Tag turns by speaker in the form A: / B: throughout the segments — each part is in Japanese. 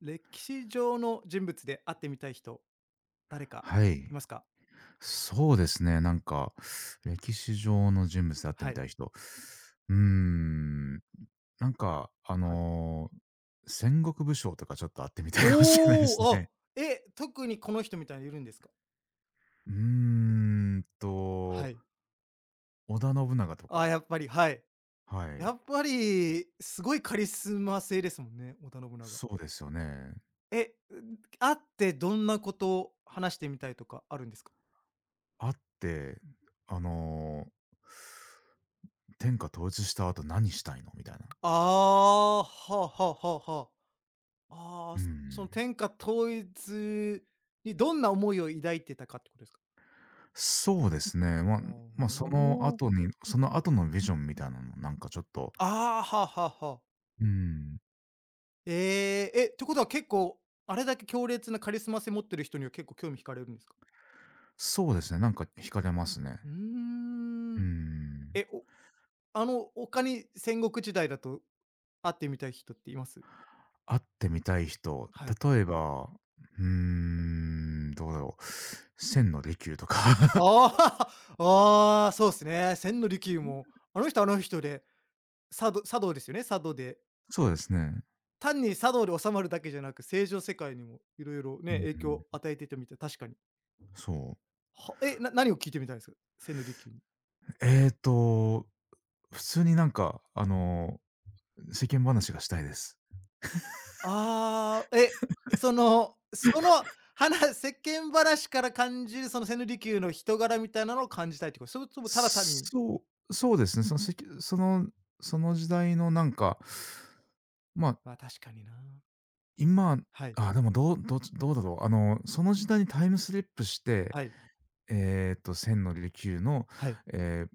A: 歴史上の人物で会ってみたい人、誰か
B: は
A: い
B: い。
A: ますか？
B: そうですね、なんか、歴史上の人物で会って
A: は
B: み
A: い。
B: たい人。うーん、なんか、
A: はい。
B: 戦国武将とかちょっと会ってみたいかもしれないで
A: お
B: す
A: お、あ、
B: ね。
A: え、特にこの人みたいにいるんですか？
B: うーん
A: は
B: と、
A: い。
B: 織田信長と
A: あ
B: か、
A: やっぱり、はい。
B: はい。
A: やっぱり、すごいカリスマ性ですもんね、織田信長。
B: そうですよね。
A: え、ん、会ってどんなことを話してみたいとかあるんですか？
B: 会って、あの、天下統一した後何したいのみたいな。
A: ああー、はあはあはあはあ。ああ、
B: うー
A: その
B: ん。
A: 天下統一にどんな思いを抱いてたかってことですか？
B: そうですね。まあ、
A: あ
B: まあ、その
A: おおー。
B: 後にその後のビジョンみたいなの、なんかちょっと、
A: ああ、はあはあはあ。
B: うん、
A: ええ、え、ってことは結構、あれだけ強烈なカリスマ性持ってる人には結構興味惹かれるんですか？
B: そうですね、なんか惹かれますね。
A: うー
B: う
A: ん。
B: ん。
A: え、おあの、他に戦国時代だと会ってみたい人っています？
B: 会ってみたい人、
A: はい。
B: 例えば、どうだろう、千の利休とか。
A: あ あ、ああ、そうですね。千利休も、あの人はあの人で、茶道茶道ですよね、茶道で。
B: そうですね。
A: 単に茶道で収まるだけじゃなく、政治の世界にもいろいろ
B: う
A: ね、
B: ん
A: 影
B: う
A: 響を
B: ん。
A: 与えていたみたい、確かに。
B: そう。
A: はえ、な何を聞いてみたいですか？千利休に。
B: えっと、普通になんか、世間話がしたいです。
A: ああ、え、その、その、話世間話から感じるその千利休の人柄みたいなのを感じたいってこと？それともただ単に
B: そう、そうですね。そのせきそのその時代のなんか、まあ、
A: まあ、確かにな。
B: 今、
A: はい、
B: あ、でもどうだろう。その時代にタイムスリップして、
A: はい、
B: 千の利休の、
A: はい、
B: え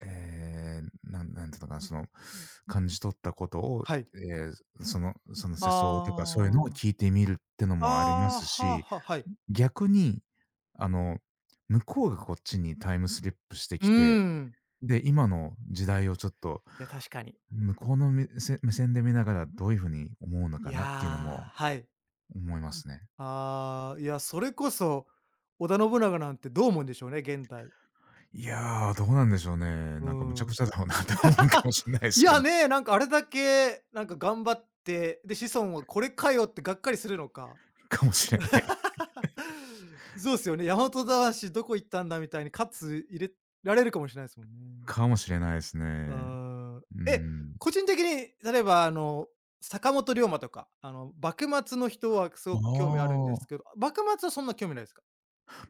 B: え、ええ、なんなんていうのかな、その、感じ取ったことを、
A: はい。
B: えーそのその世相とかそういうのを
A: あ
B: 聞いてみるっての
A: あ、
B: もありま
A: ああ、
B: す
A: はあ
B: し、
A: はあ、はい。
B: 逆に、あの、向こうがこっちにタイムスリップして
A: うー
B: きて
A: ん。
B: で、今の時代をちょっと、
A: いや、確かに。
B: 向こうの目線目線で見ながらどういう風に思うの
A: い
B: かなっていうのも
A: や、はい。
B: 思いますね。
A: ああ、いや、それこそ織田信長なんてどう思うんでしょうね、現代。
B: いや、どうなんでしょうね。
A: うー
B: なんかむちゃく
A: ん。
B: ちゃだろうなって思うか
A: あ、
B: もしれない で
A: い
B: すけ
A: や
B: ど。
A: ね、なんかあれだけ、なんか頑張って、で、子孫はこれかよってがっかりするのか。
B: かもしれない。
A: そうっすよね、大和魂どこ行ったんだみたいに喝入れられるかもしれないですもんね。
B: かもしれないです
A: うー
B: ね。
A: ん。
B: うー
A: え、
B: ん。
A: 個人的に例えばあの、坂本龍馬とか、あの、幕末の人はす
B: あ
A: ごく興味あるんです
B: あ、
A: けど、幕末はそんな興味ないですか？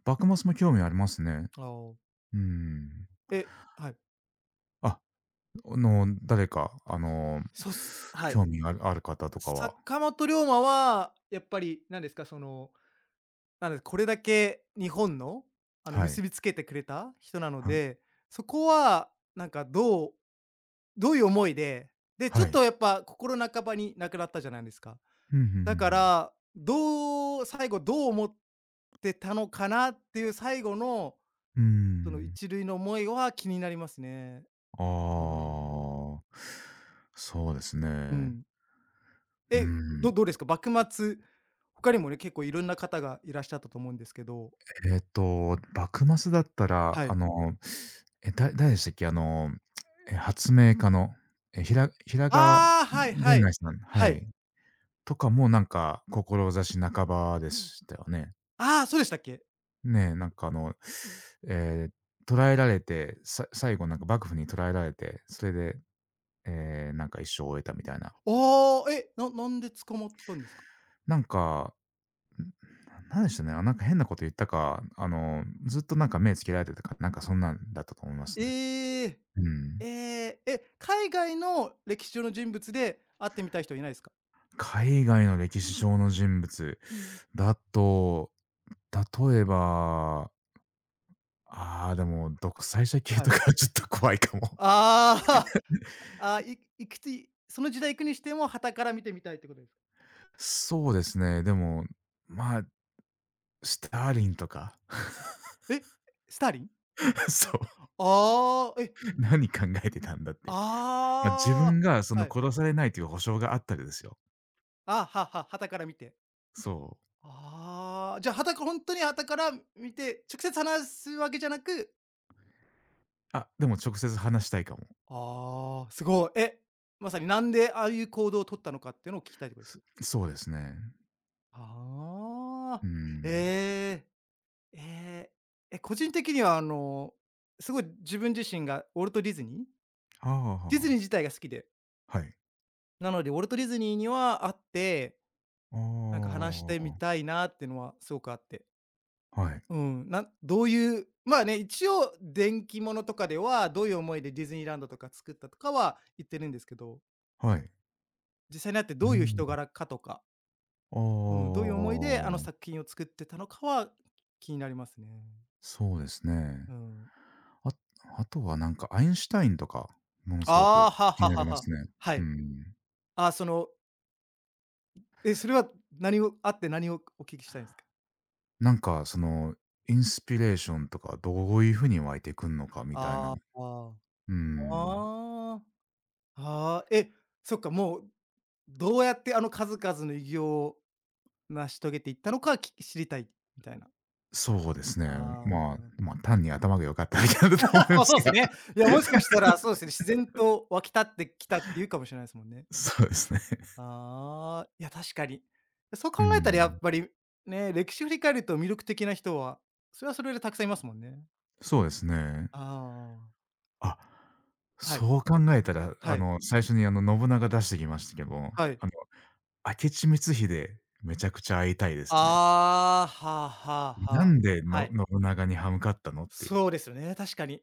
B: 幕末も興味ありますね。
A: ああ。
B: うーん。
A: え、はい。
B: あ、誰か、
A: そうっすはい。
B: 興味があるある方とかは
A: 坂本龍馬はやっぱりなんですか、そのなので、これだけ日本の、あの、
B: は
A: 結
B: い。
A: びつけてくれた人なの
B: は
A: で、そこはなんかどういう思いで、で、ちょ
B: は
A: っ
B: い。
A: とやっぱ心半ばに亡くなったじゃないですか。
B: うん、ふんふんふ
A: だか
B: ん。
A: ら、どう最後どう思ってたのかなっていう最後の、
B: うー
A: その
B: ん。
A: 一塁の思いは気になりますね。うー
B: あ
A: ん。
B: あ、そうです
A: う
B: ね。
A: ん。
B: う
A: え、ど
B: ん。
A: どうですか？幕末、他にもね、結構いろんな方がいらっしゃったと思うんですけど
B: 幕末だったら、
A: はい。
B: え、誰でしたっけ？え、発明家の、え、平賀
A: ああ、はいは
B: 源
A: い。
B: 内さん
A: は
B: は
A: い。
B: い。とかもなんか、志半ばでしたよね。
A: ああ、そうでしたっけ？
B: ねえ、なんかええ、捕らえられて、最後なんか幕府に捕らえられて、それで、えなんか一生を終えたみたいな。
A: おー、え、なんで捕まったんですか？
B: なんかなんでしょうね、あ、なんか変なこと言ったか、ずっとなんか目つけられてたか、なんかそんなんだったと思います
A: え
B: ね。
A: え。
B: うん。
A: ええ、え、海外の歴史上の人物で会ってみたい人はいないですか？
B: 海外の歴史上の人物だと、例えば、ああ、でも独裁者系
A: は
B: と
A: い。
B: かはちょっと怖いかも。
A: ああ、ああ、いいくついその時代行くにしても、旗から見てみたいってことですか？
B: そうですね、でも、まあ、スターリンとか、
A: え、スターリン？
B: そう、
A: ああ、え、
B: 何考えてたんだって。まあ、自
A: あ
B: 分がそ
A: あ、
B: の
A: はい。
B: 殺されないという保証があったりですよ。
A: あ、はは、旗から見て。
B: そう。
A: ああ、じゃあ、傍かほんとに旗から見て、直接話すわけじゃなく
B: あ、でも直接話したいかも。
A: ああ、すごい。え、まさになんでああいう行動を取ったのかっていうのを聞きたいところです。
B: そうですね。
A: あ
B: う
A: あ、
B: ん。
A: ええ、ええ、え、個人的にはあの、すごい自分自身がウォルト・ディズニー
B: はあはあは
A: ディズニー
B: あ。
A: 自体が好きで、
B: はい。
A: なのでウォルト・ディズニーには会って、
B: あ
A: なんか話してみ
B: あ、
A: たいなっていうのはすごくあって。
B: はい。
A: うん、どういう、まあね、一応電気ものとかでは、どういう思いでディズニーランドとか作ったとかは言ってるんですけど、
B: はい。
A: 実際に会って
B: う
A: どういう
B: ん。
A: 人柄かとかうん、どう
B: ああ
A: いう思いであの作品を作ってたのかは気になりますね。
B: そうですね。
A: うん。
B: ああとはなんかアインシュタインとか、ものすご
A: あ
B: く
A: あ、は
B: 気に
A: は
B: なり
A: は
B: ま
A: は。
B: すね。
A: は
B: う
A: い。
B: ん。
A: あ、その、え、それは何をあって何をお聞きしたいんですか？
B: なんかその、インスピレーションとかどういうふうに湧いてくんのかみたいな。
A: ああ。
B: うん。
A: ああ、ああ、え、そっか、もうどうやってあの数々の偉業を成し遂げていったのか、知りたいみたいな。
B: そうですね。
A: あ
B: まあ、
A: あ。
B: まあ、単に頭が良かっただけなだと思い ま
A: ま、
B: す
A: そうです
B: が。
A: ね。いや、もしか したらそうですね、自然と湧き立ってきたっていうかもしれないですもんね。
B: そうですね。
A: ああ、いや、確かに。そう
B: う
A: 考えたらや
B: ん。
A: っぱり、ね、歴史振り返ると魅力的な人は、それはそれでたくさんいますもんね。
B: そうですね。
A: ああ。
B: あ、
A: はい。
B: そう考えたら、
A: はい。
B: 最初に、信長出してきましたけど、あの、
A: はい。
B: 明智光秀、めちゃくちゃ会いたいですね。
A: ああ、はあはあは
B: な
A: あ。
B: んで、
A: は
B: の
A: い。
B: 信長に歯向かったのっていう。
A: そうですよね、確かに。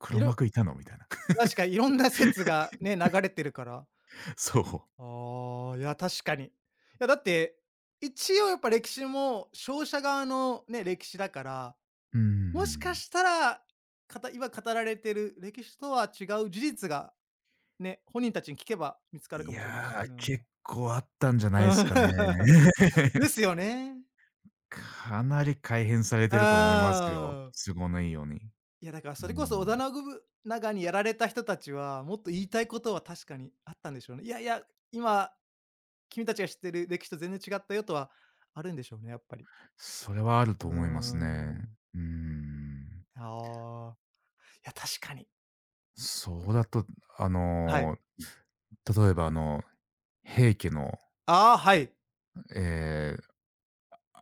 B: 黒
A: いろ
B: 幕いたのみたいな。
A: 確かにいろんな説がね、流れてるから。
B: そう。
A: ああ、いや、確かに。いや、だって、一応やっぱ歴史も勝者側のね、歴史だから
B: う
A: もしか
B: ん。
A: したら、今語られてる歴史とは違う事実が、ね、本人たちに聞けば見つかる
B: い
A: かもしれないし、
B: や
A: う
B: ー、
A: ん。
B: 結構あったんじゃ な
A: う
B: いです
A: ん
B: かね。
A: です よね。
B: かなり改変されてると思いますよ、
A: ああ、
B: 都合のいいように。
A: いやだから
B: う
A: それこそ織田
B: ん。
A: 信長にやられた人たちは、もっと言いたいことは確かにあったんでしょうね。いやいや、今、君たちが知ってる歴史と全然違ったよとはあるんでしょうね、やっぱり。
B: それはある
A: う
B: と
A: ー
B: 思いますね。
A: ん。
B: うん。
A: ああ、いや確かに。
B: そうだと、あ
A: はい。
B: のー、例えば、平家の、
A: ああ、はい。
B: えー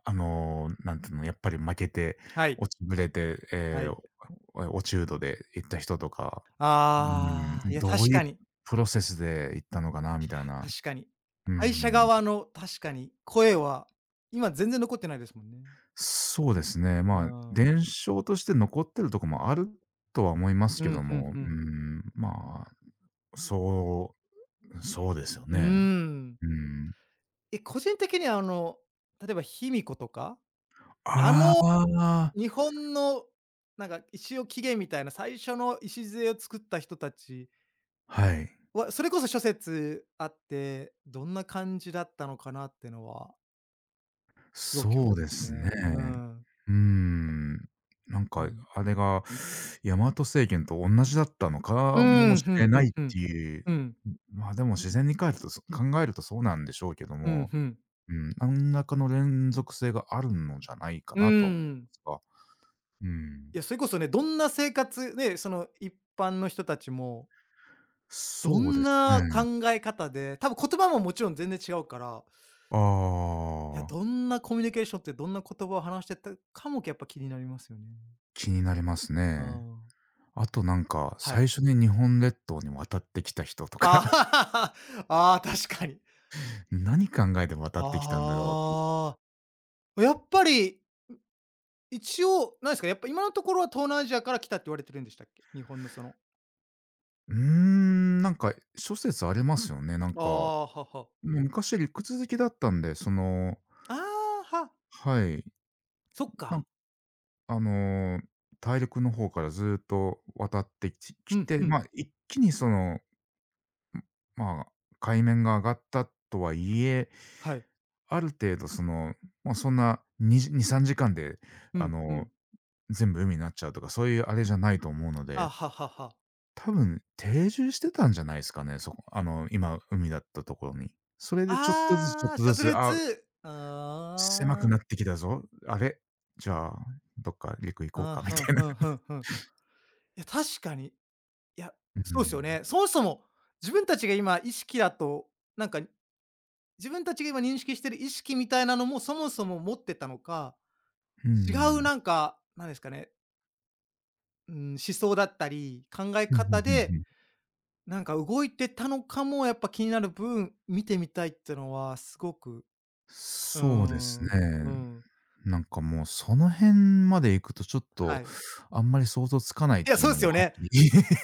B: なんていうの、やっぱり負けて、
A: はい。
B: 落ちぶれて、
A: は
B: ええ、
A: い。
B: 落人で行った人とか、う
A: ああ、い
B: ん、
A: や、
B: どう
A: 確
B: い
A: か
B: う
A: に。
B: プロセスで行ったのかなみ
A: い
B: たい
A: や、
B: な。
A: 確かに。
B: う
A: 会社
B: ん
A: 側の確かに、声は、今全然残ってないですもんね。
B: そうですね、
A: うー
B: まあ、
A: ん。
B: 伝承として残ってるとこもあるとは思います
A: う
B: け
A: ん、
B: ど
A: ふん
B: も、
A: ふ
B: う
A: ん。
B: ん、まあ、そそうですよ
A: うー
B: ね。
A: ん。
B: うん。
A: え、個人的にはあの、例えば卑弥呼とか、あ
B: あ
A: の
B: あ、
A: 日本のなんか石を起源みたいな最初の礎を作った人たち
B: はい。
A: は、それこそ諸説あって、どんな感じだったのかなってのは、すごく興味
B: そ
A: あ
B: う
A: り
B: で
A: ますね。
B: すね。
A: うん。
B: うーん。なん
A: う
B: か、
A: ん。
B: あれが大和政権と同じだったの
A: う
B: かも
A: ん、
B: し
A: ふん
B: れ
A: ふ
B: ない
A: ん
B: っ
A: ふん。
B: ていう、
A: うん。
B: まあ、でも自然にかえると考えるとそうなんでしょうけど
A: うん、
B: も、
A: うん。
B: うん、何らかの連続性があるのじゃないか
A: うー
B: なと
A: ん。
B: は、うん。
A: いや、それこそね、どんな生活ね、その一般の人たちも、ど
B: そうで
A: ん
B: す
A: な
B: ね。
A: 考え方で、多分言葉ももちろん全然違うから、いや、
B: ああ、
A: どんなコミュニケーションってどんな言葉を話してたかもやっぱ気になりますよね。
B: 気になります
A: う
B: ね。
A: ん。
B: あとなんか、
A: はい。
B: 最初に日本列島に渡ってきた人と か、
A: ああ、あー確かに。
B: 何考えて渡ってきたんだろうって
A: ああ。やっぱり、一応、何ですか、やっぱ今のところは東南アジアから来たって言われてるんでしたっけ？日本のその
B: ーん、なんか諸説ありまうん。すよね。なん
A: あ
B: か、も
A: あ、はは。
B: う昔陸続きだったんで、その
A: ああ、は。
B: はい、
A: そっ
B: なん
A: か。
B: あの、大陸の方からずっと渡ってき
A: う
B: き
A: ん、
B: て、
A: うん。
B: ま、あ一気にその、まあ、海面が上がったとはいえ、
A: はい。
B: ある程度その、まあ、そんなに時2、3時間で
A: う
B: あ
A: んう
B: の、
A: ん。
B: 全部海になっちゃうとか、そういうあれじゃないと思うの
A: あ、
B: で。
A: ははは。
B: 多分定住してたんじゃないですかね、そこあの、今海だったところに。それでちょっとずつちょっ
A: ああ、
B: と
A: シ
B: ず
A: ャト
B: つ、
A: レー
B: あ、
A: ツ。
B: 狭く
A: あ
B: なってきたぞ。あれ、じゃあ、どっか陸行こう
A: あ、あ、
B: かみ
A: ふん
B: たいな。
A: ふんふんふん。いや、確かに。いや、
B: う
A: そうすよ
B: ん。
A: ね。そもそも、自分たちが今意識だと、なんか、自分たちが今認識してる意識みたいなのも、そもそも持ってたのか、
B: うんう
A: 違う
B: ん。
A: なんか、なんですかね、うーん、思想だったり、考え
B: ふんふん
A: 方
B: ふんふ
A: で、
B: ん。
A: なんか動いてたのかもやっぱ気になる分、見てみたいってのはすごくうー
B: そうです
A: ん、
B: ね。
A: うん、
B: なんかもうその辺まで行くとちょっと、
A: はい。
B: あんまり想像つかないっ
A: いや、
B: ていう
A: そう
B: の
A: で
B: も
A: すよ
B: はっ
A: ね。
B: きり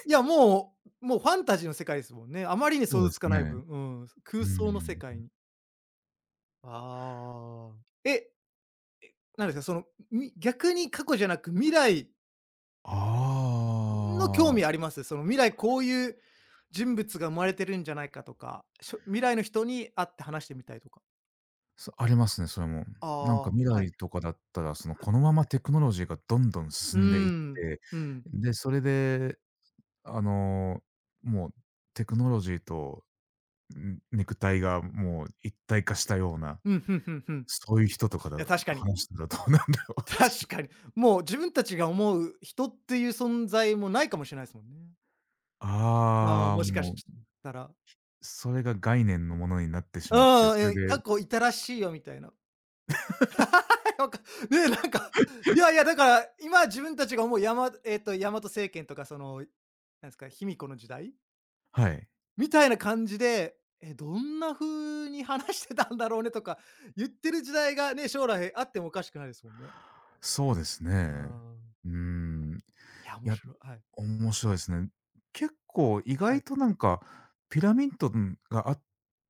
A: いや、もうファンタジーの世界ですもんね。あまりに
B: そ
A: 想
B: う
A: 像
B: で
A: つ
B: す
A: かない
B: ね。
A: 分、うん、
B: うー
A: 空想の世界
B: ん。
A: に。ああ。え、なんですか、その、逆に過去じゃなく未来の興
B: ああ。
A: 味あります？その未来こういう人物が生まれてるんじゃないかとか、未来の人に会って話してみたいとか。
B: そありますね、それも。
A: あ
B: なんか
A: あ、
B: 未
A: はい、
B: 来とかだったら、その、
A: は
B: この
A: い。
B: ままテクノロジーがどんどん
A: うー
B: 進んでいっ
A: ん、
B: て、
A: うん。
B: で、それで、あの、もうテクノロジーと、ん、肉体がもう一体化したような、
A: うん、ふんふんふん。い
B: そういう人とかだ
A: や、確かに。
B: 話したらどうなんだろうってい
A: 確
B: う。
A: かに。もう自分たちが思う人っていう存在もないかもしれないですもんね。ああ、
B: ああ、
A: もしかし
B: もう、
A: たら。
B: それが概念のものになってし
A: う
B: まって、
A: ん
B: それ
A: え
B: で
A: 過去いたらしいよみたいな。なんか、ね、なんか、いやいや、だから、今自分たちが思う山えっと、大和政権とかその、なんですか、卑弥呼の時代
B: はい。
A: みたいな感じで、どんな風に話してたんだろうねとか、言ってる時代がね、将来あってもおかしくないですもんね。
B: そうです
A: う
B: ね。
A: ん。
B: うーん。
A: いや、
B: い
A: 面
B: や
A: 白い。はい。
B: 面白いですね。結構意
A: は
B: 外
A: い。
B: となんか、ピラミッドがあっ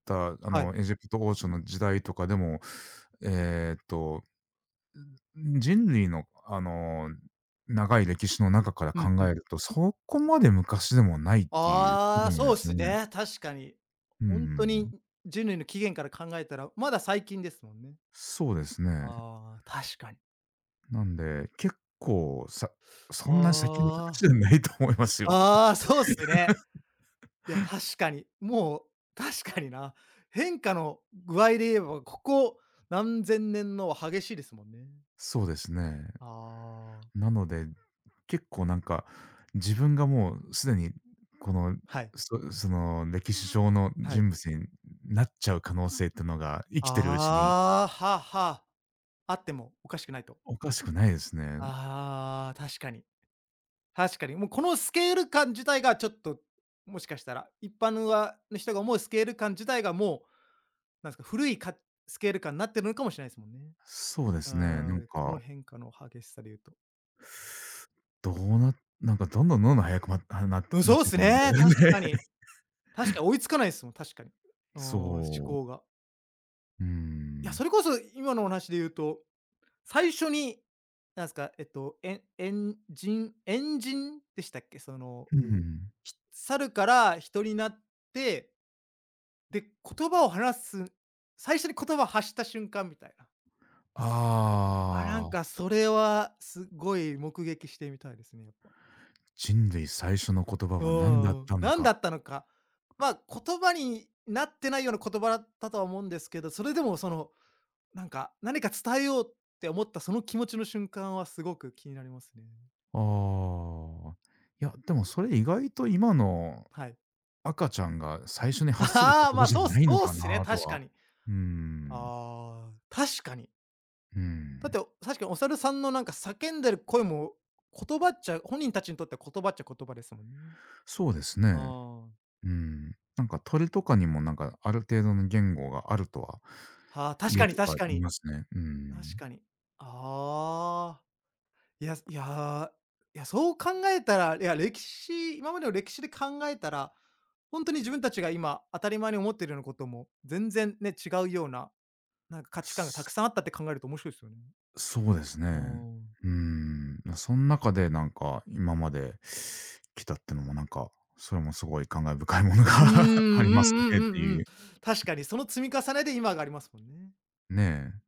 B: た、
A: はい。
B: エジプト王朝の時代とかでも、えっと、人類の、長い歴史の中から
A: うん
B: 考
A: うん。
B: えると、そこまで昔でもないっていうこ
A: あ
B: と
A: あ、
B: なん
A: そ
B: で
A: うで
B: すよ
A: す
B: ね。
A: ね、確かに。
B: う
A: 本当に
B: ん。
A: 人類の起源から考えたら、まだ最近ですもんね。
B: そうですね。
A: ああ、確かに。
B: なんで、結構、そんな先の話じ
A: あ
B: ゃないと思います
A: あ。
B: よ。
A: ああ、そうっすね。いや、確かに。もう、確かにな。変化の具合で言えば、ここ何千年のは激しいですもんね。
B: そうですね。
A: ああ、
B: なので、結構なんか、自分がもうすでにこの、
A: はい、
B: その歴史上の
A: はい。
B: 人物になっちゃう可能性ってのが、生きてるうちに
A: ああ、はあはあ。あってもおかしくないと。
B: おかしくないですね。
A: ああ、確かに。確かに。もうこのスケール感自体がちょっと、もしかしたら、一般の人が思うスケール感自体がもう、なんですか、古いかスケール感になってるのかもしれないですもんね。
B: そうですね、
A: あ
B: なん
A: あ、この
B: か、
A: 変化の激しさで言うと。
B: どうななんかどんどん早くまあ、
A: うん、
B: なっ
A: そうっ
B: て
A: す
B: るんで、
A: ね、確 か
B: ね。
A: に。確かに追いつかないですもん、確かに。うーん、
B: そ
A: 思考
B: う。
A: が。
B: うー
A: いや、
B: ん。
A: それこそ今のお話で言うと、最初に、なんすか、エンジンでしたっけ？その、
B: うん。
A: 猿から人になって、で、言葉を話す最初に言葉を発した瞬間みたいな。わ、なん
B: ああ、
A: かそれはすごい目撃してみたいですね、やっぱ。
B: 人類最初の言葉
A: う
B: は何だっ
A: ん、
B: たの
A: なんだ
B: か。
A: ったのか。まあ、言葉になってないような言葉だったとは思うんですけど、それでもその、なんか、何か伝えようって思ったその気持ちの瞬間はすごく気になりますね。
B: ああ。いや、でもそれ意外と今の
A: はい。
B: 赤ちゃんが最初に発する
A: ああ、
B: 言
A: ま
B: 葉
A: あ、
B: じゃ
A: そうっす
B: ないの
A: そうっ
B: か
A: すね、
B: なと
A: 確
B: は。
A: かに。
B: うーん、
A: ああ、確かに。
B: う
A: だって、
B: ん。
A: 確かにお猿さんのなんか叫んでる声も、言葉っちゃ本人たちにとっては言葉っちゃ言葉ですもんね。
B: そうですね。
A: ああ、
B: うん。なんか鳥とかにもなんかある程度の言語があるとは
A: はあ、確
B: 言
A: か
B: う
A: に
B: と
A: 確
B: か
A: か
B: 言い
A: に。
B: ますね。う
A: 確
B: ん。
A: かに。ああ。いや、いや、いや、そう考えたら、いや、今までの歴史で考えたら、ほんとに自分たちが今当たり前に思っているようなことも、全然ね、違うような、なんか価値観がたくさんあったって考えると面白いですよね。
B: そうです
A: うー
B: ね。
A: ん。
B: うん。まそん中でなんか今まで来たってのもなんか、それもすごい感慨深いものが
A: うーん、う
B: あり
A: ん
B: ます
A: うん
B: ねっ
A: う
B: て
A: んう
B: い
A: ん。
B: う。
A: 確かにその積み重ねで今がありますもんね。
B: ね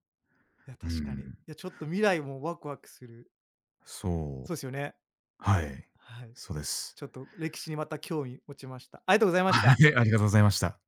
A: いや、
B: え。う
A: 確かに。い
B: ん。
A: や、ちょっと未来もワクワクする。
B: そう。
A: そうですよね。
B: はい。
A: はい。
B: そうです。
A: ちょっと歴史にまた興味持ちました。ありがとうございまし
B: は
A: た。
B: い、ありがとうございました。